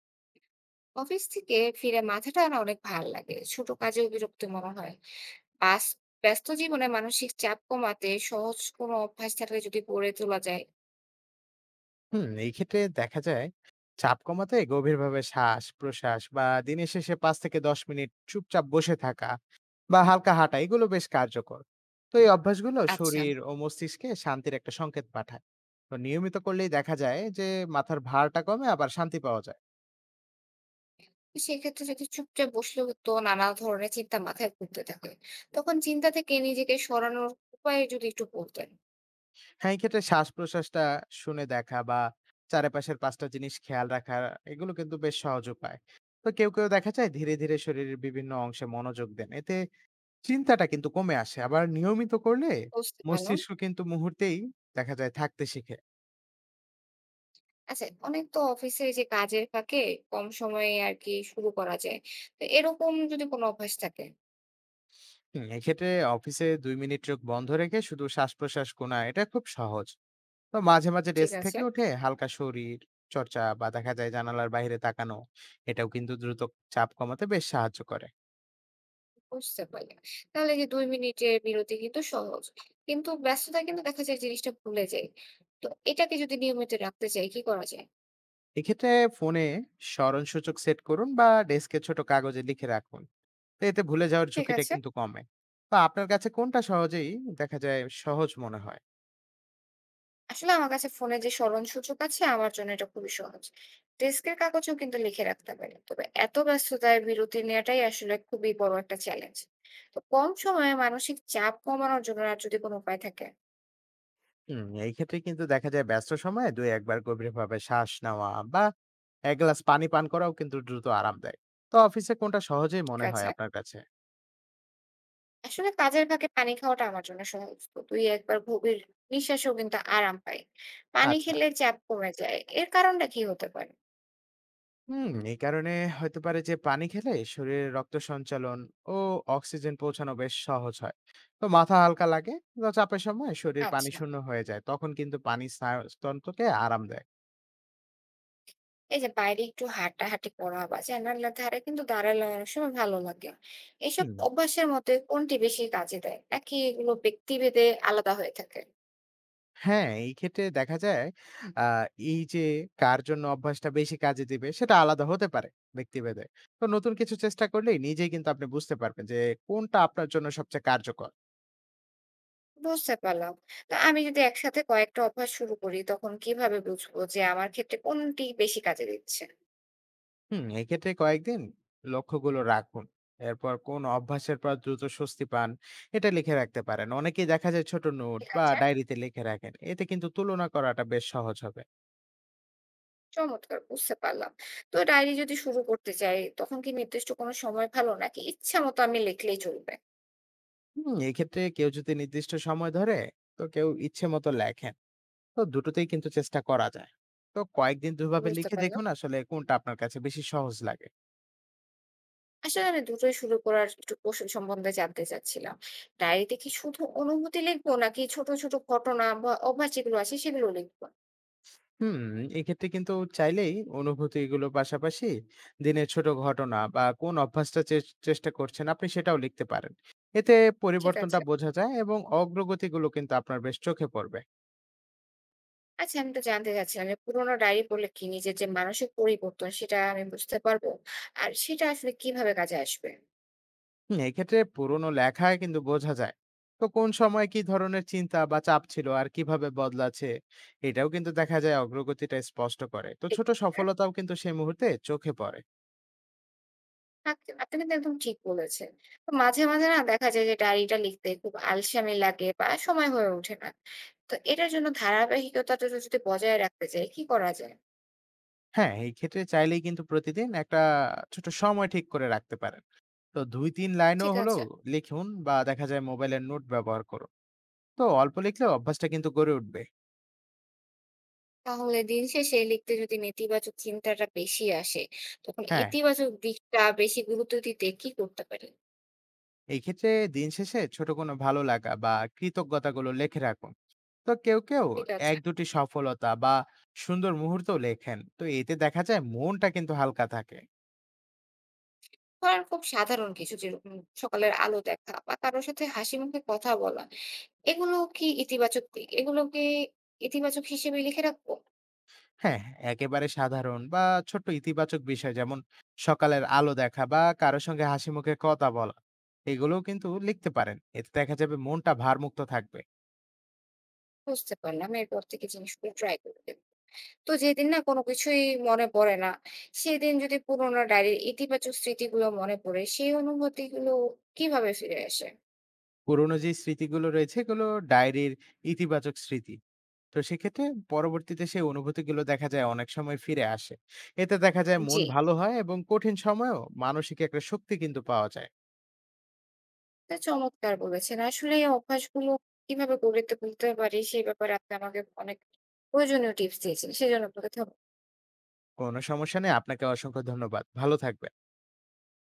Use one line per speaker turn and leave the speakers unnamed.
Office থেকে ফিরে মাথাটা না অনেক ভার লাগে, ছোট কাজেও বিরক্ত মনে হয়। বাস ব্যস্ত জীবনে মানসিক চাপ কমাতে সহজ কোনো অভ্যাস থাকলে যদি গড়ে তোলা যায়।
হুম, এই ক্ষেত্রে দেখা যায় চাপ কমাতে গভীরভাবে শ্বাস প্রশ্বাস বা দিনের শেষে ৫ থেকে ১০ মিনিট চুপচাপ বসে থাকা বা হালকা হাঁটা এগুলো বেশ কার্যকর। তো এই অভ্যাসগুলো
আচ্ছা,
শরীর ও মস্তিষ্কে শান্তির একটা সংকেত পাঠায়। তো নিয়মিত করলেই দেখা যায় যে মাথার ভারটা কমে আবার শান্তি পাওয়া যায়।
তো সেক্ষেত্রে যদি চুপচাপ বসলেও তো নানা ধরনের চিন্তা মাথায় ঘুরতে থাকে, তখন চিন্তা থেকে নিজেকে সরানোর উপায় যদি একটু বলতেন।
হ্যাঁ, এই ক্ষেত্রে শ্বাস প্রশ্বাসটা শুনে দেখা বা চারপাশের পাঁচটা জিনিস খেয়াল রাখা এগুলো কিন্তু বেশ সহজ উপায়। তো কেউ কেউ দেখা যায় ধীরে ধীরে শরীরের বিভিন্ন অংশে মনোযোগ দেন, এতে চিন্তাটা কিন্তু কমে আসে। আবার নিয়মিত করলে
বুঝতে পারলাম।
মস্তিষ্ক কিন্তু মুহূর্তেই দেখা যায় থাকতে শিখে।
আচ্ছা, অনেক তো অফিসে এই যে কাজের ফাঁকে কম সময়ে আর কি শুরু করা যায়, তো এরকম যদি কোনো অভ্যাস থাকে।
হুম, এক্ষেত্রে অফিসে ২ মিনিট চোখ বন্ধ রেখে শুধু শ্বাসপ্রশ্বাস গোনা এটা খুব সহজ। তো মাঝে, মাঝে
ঠিক
ডেস্ক থেকে
আছে।
উঠে হালকা শরীর চর্চা বা দেখা যায় জানালার বাইরে তাকানো, এটাও কিন্তু দ্রুত চাপ কমাতে বেশ সাহায্য করে।
বুঝতে পারলাম। তাহলে যে ২ মিনিটের বিরতি কিন্তু সহজ। কিন্তু ব্যস্ততা কিন্তু দেখা যায় জিনিসটা ভুলে যাই। তো এটাকে যদি নিয়মিত রাখতে চাই কি করা যায়?
এক্ষেত্রে ফোনে স্মরণসূচক সেট করুন বা ডেস্কে ছোট কাগজে লিখে রাখুন। তো এতে ভুলে যাওয়ার
ঠিক
ঝুঁকিটা
আছে।
কিন্তু কমে। তো আপনার কাছে কোনটা সহজেই দেখা যায় সহজ মনে হয়?
আসলে আমার কাছে ফোনে যে স্মরণ সূচক আছে আমার জন্য এটা খুবই সহজ। ডেস্কের কাগজেও কিন্তু লিখে রাখতে পারি। তবে এত ব্যস্ততায় বিরতি নেওয়াটাই আসলে খুবই বড় একটা চ্যালেঞ্জ। তো কম সময়ে মানসিক চাপ কমানোর জন্য আর যদি কোনো উপায় থাকে?
হুম, এই ক্ষেত্রে কিন্তু দেখা যায় ব্যস্ত সময়ে ২-১ বার গভীরভাবে শ্বাস নেওয়া বা ১ গ্লাস পানি পান করাও কিন্তু দ্রুত আরাম দেয়। তো অফিসে কোনটা সহজেই
ঠিক
মনে হয়
আছে।
আপনার কাছে?
আসলে কাজের ফাঁকে পানি খাওয়াটা আমার জন্য সহজ। তো ২-১ বার গভীর নিঃশ্বাসেও কিন্তু আরাম পাই। পানি
আচ্ছা।
খেলে চাপ কমে যায়। এর কারণটা কি হতে পারে?
হুম, এই কারণে হতে পারে যে পানি খেলে শরীরে রক্ত সঞ্চালন ও অক্সিজেন পৌঁছানো বেশ সহজ হয়। তো মাথা হালকা লাগে। তো চাপের সময় শরীর
আচ্ছা।
পানিশূন্য হয়ে যায়। তখন কিন্তু পানি স্নায়ুতন্ত্রকে আরাম দেয়।
এই যে বাইরে একটু হাঁটাহাঁটি করা বা জানালার ধারে কিন্তু দাঁড়ালে অনেক সময় ভালো লাগে। এসব
হুম।
অভ্যাসের মধ্যে কোনটি বেশি কাজে দেয়? নাকি এগুলো ব্যক্তিভেদে আলাদা হয়ে থাকে?
হ্যাঁ, এই ক্ষেত্রে দেখা যায় আ এই যে কার জন্য অভ্যাসটা বেশি কাজে দিবে সেটা আলাদা হতে পারে ব্যক্তিভেদে। তো নতুন কিছু চেষ্টা করলেই নিজেই কিন্তু আপনি বুঝতে পারবেন যে কোনটা আপনার জন্য সবচেয়ে কার্যকর।
বুঝতে পারলাম। তো আমি যদি একসাথে কয়েকটা অভ্যাস শুরু করি তখন কিভাবে বুঝবো যে আমার ক্ষেত্রে কোনটি বেশি কাজে দিচ্ছে?
হুম, এক্ষেত্রে কয়েকদিন লক্ষ্যগুলো রাখুন। এরপর কোন অভ্যাসের পর দ্রুত স্বস্তি পান এটা লিখে রাখতে পারেন। অনেকেই দেখা যায় ছোট নোট
ঠিক
বা
আছে।
ডায়েরিতে লিখে রাখেন। এতে কিন্তু তুলনা করাটা বেশ সহজ হবে।
চমৎকার! বুঝতে পারলাম। তো ডায়েরি যদি শুরু করতে চাই, তখন কি নির্দিষ্ট কোনো সময় ভালো? নাকি ইচ্ছা মতো আমি লিখলেই চলবে?
হুম, এক্ষেত্রে কেউ যদি নির্দিষ্ট সময় ধরে, তো কেউ ইচ্ছে মতো লেখেন। তো দুটোতেই কিন্তু চেষ্টা করা যায়। তো কয়েকদিন দুভাবে
বুঝতে
লিখে
পারলাম।
দেখুন আসলে কোনটা আপনার কাছে বেশি সহজ লাগে।
আসলে আমি দুটোই শুরু করার একটু কৌশল সম্বন্ধে জানতে চাচ্ছিলাম। ডায়েরিতে কি শুধু অনুভূতি লিখবো? নাকি ছোট, ছোট ঘটনা বা অভ্যাস যেগুলো আছে সেগুলো লিখবো?
হুম, এক্ষেত্রে কিন্তু চাইলেই অনুভূতি এগুলো পাশাপাশি দিনের ছোট ঘটনা বা কোন অভ্যাসটা চেষ্টা করছেন আপনি সেটাও লিখতে পারেন। এতে
ঠিক
পরিবর্তনটা
আছে।
বোঝা যায় এবং অগ্রগতিগুলো কিন্তু আপনার বেশ চোখে পড়বে।
আচ্ছা, আমি তো জানতে চাচ্ছিলাম যে পুরোনো ডায়েরি পড়লে কি নিজের যে মানসিক পরিবর্তন সেটা আমি বুঝতে পারবো? আর সেটা আসলে কিভাবে কাজে আসবে?
হুম, এক্ষেত্রে পুরনো লেখায় কিন্তু বোঝা যায় তো কোন সময় কি ধরনের চিন্তা বা চাপ ছিল আর কিভাবে বদলাছে। এটাও কিন্তু দেখা যায় অগ্রগতিটা স্পষ্ট করে। তো
ঠিক
ছোট
আছে।
সফলতাও কিন্তু সেই মুহূর্তে চোখে পড়ে।
আপ আপনি কিন্তু একদম ঠিক বলেছেন। তো মাঝে, মাঝে না দেখা যায় যে ডায়েরিটা লিখতে খুব আলসেমি লাগে বা সময় হয়ে ওঠে না। তো এটার জন্য ধারাবাহিকতাটা যদি বজায় রাখতে চাই, কি করা যায়?
হ্যাঁ, এই ক্ষেত্রে চাইলেই কিন্তু প্রতিদিন একটা ছোট সময় ঠিক করে রাখতে পারেন। তো ২-৩ লাইনও
ঠিক
হলো
আছে।
লিখুন বা দেখা যায় মোবাইলের নোট ব্যবহার করুন। তো অল্প লিখলে অভ্যাসটা কিন্তু গড়ে উঠবে।
তাহলে দিন শেষে লিখতে যদি নেতিবাচক চিন্তাটা বেশি আসে, তখন
হ্যাঁ,
ইতিবাচক দিকটা বেশি গুরুত্ব দিতে কি করতে পারি?
এই ক্ষেত্রে দিন শেষে ছোট কোনো ভালো লাগা বা কৃতজ্ঞতাগুলো লেখে রাখুন। তো কেউ কেউ
ঠিক আছে।
এক দুটি সফলতা বা সুন্দর মুহূর্ত লেখেন, তো এতে দেখা যায় মনটা কিন্তু হালকা থাকে।
ধরেন খুব সাধারণ কিছু যেরকম সকালের আলো দেখা বা কারো সাথে হাসি মুখে কথা বলা। এগুলো কি ইতিবাচক দিক? এগুলো কি ইতিবাচক হিসেবে লিখে রাখবো?
হ্যাঁ, একেবারে সাধারণ বা ছোট্ট ইতিবাচক বিষয়, যেমন সকালের আলো দেখা বা কারোর সঙ্গে হাসি মুখে কথা বলা, এগুলোও কিন্তু লিখতে পারেন। এতে দেখা যাবে মনটা ভারমুক্ত থাকবে।
বুঝতে পারলাম। এরপর থেকে জিনিসগুলো ট্রাই করবেন। তো যেদিন না কোনো কিছুই মনে পড়ে না, সেদিন যদি পুরোনো ডায়েরির ইতিবাচক স্মৃতিগুলো মনে পড়ে, সেই অনুভূতিগুলো কিভাবে ফিরে আসে?
পুরোনো যে স্মৃতিগুলো রয়েছে এগুলো ডায়েরির ইতিবাচক স্মৃতি। তো সেক্ষেত্রে পরবর্তীতে সেই অনুভূতিগুলো দেখা যায় অনেক সময় ফিরে আসে। এতে দেখা যায় মন
জি।
ভালো হয় এবং কঠিন সময়েও মানসিক একটা শক্তি কিন্তু পাওয়া যায়।
এটা চমৎকার বলেছেন। আসলে এই অভ্যাসগুলো কিভাবে গড়ে তুলতে পারি, সে ব্যাপারে আপনি আমাকে অনেক প্রয়োজনীয় টিপস দিয়েছেন। সেজন্য আপনাকে ধন্যবাদ।
কোনো সমস্যা নেই, আপনাকে অসংখ্য ধন্যবাদ, ভালো থাকবেন।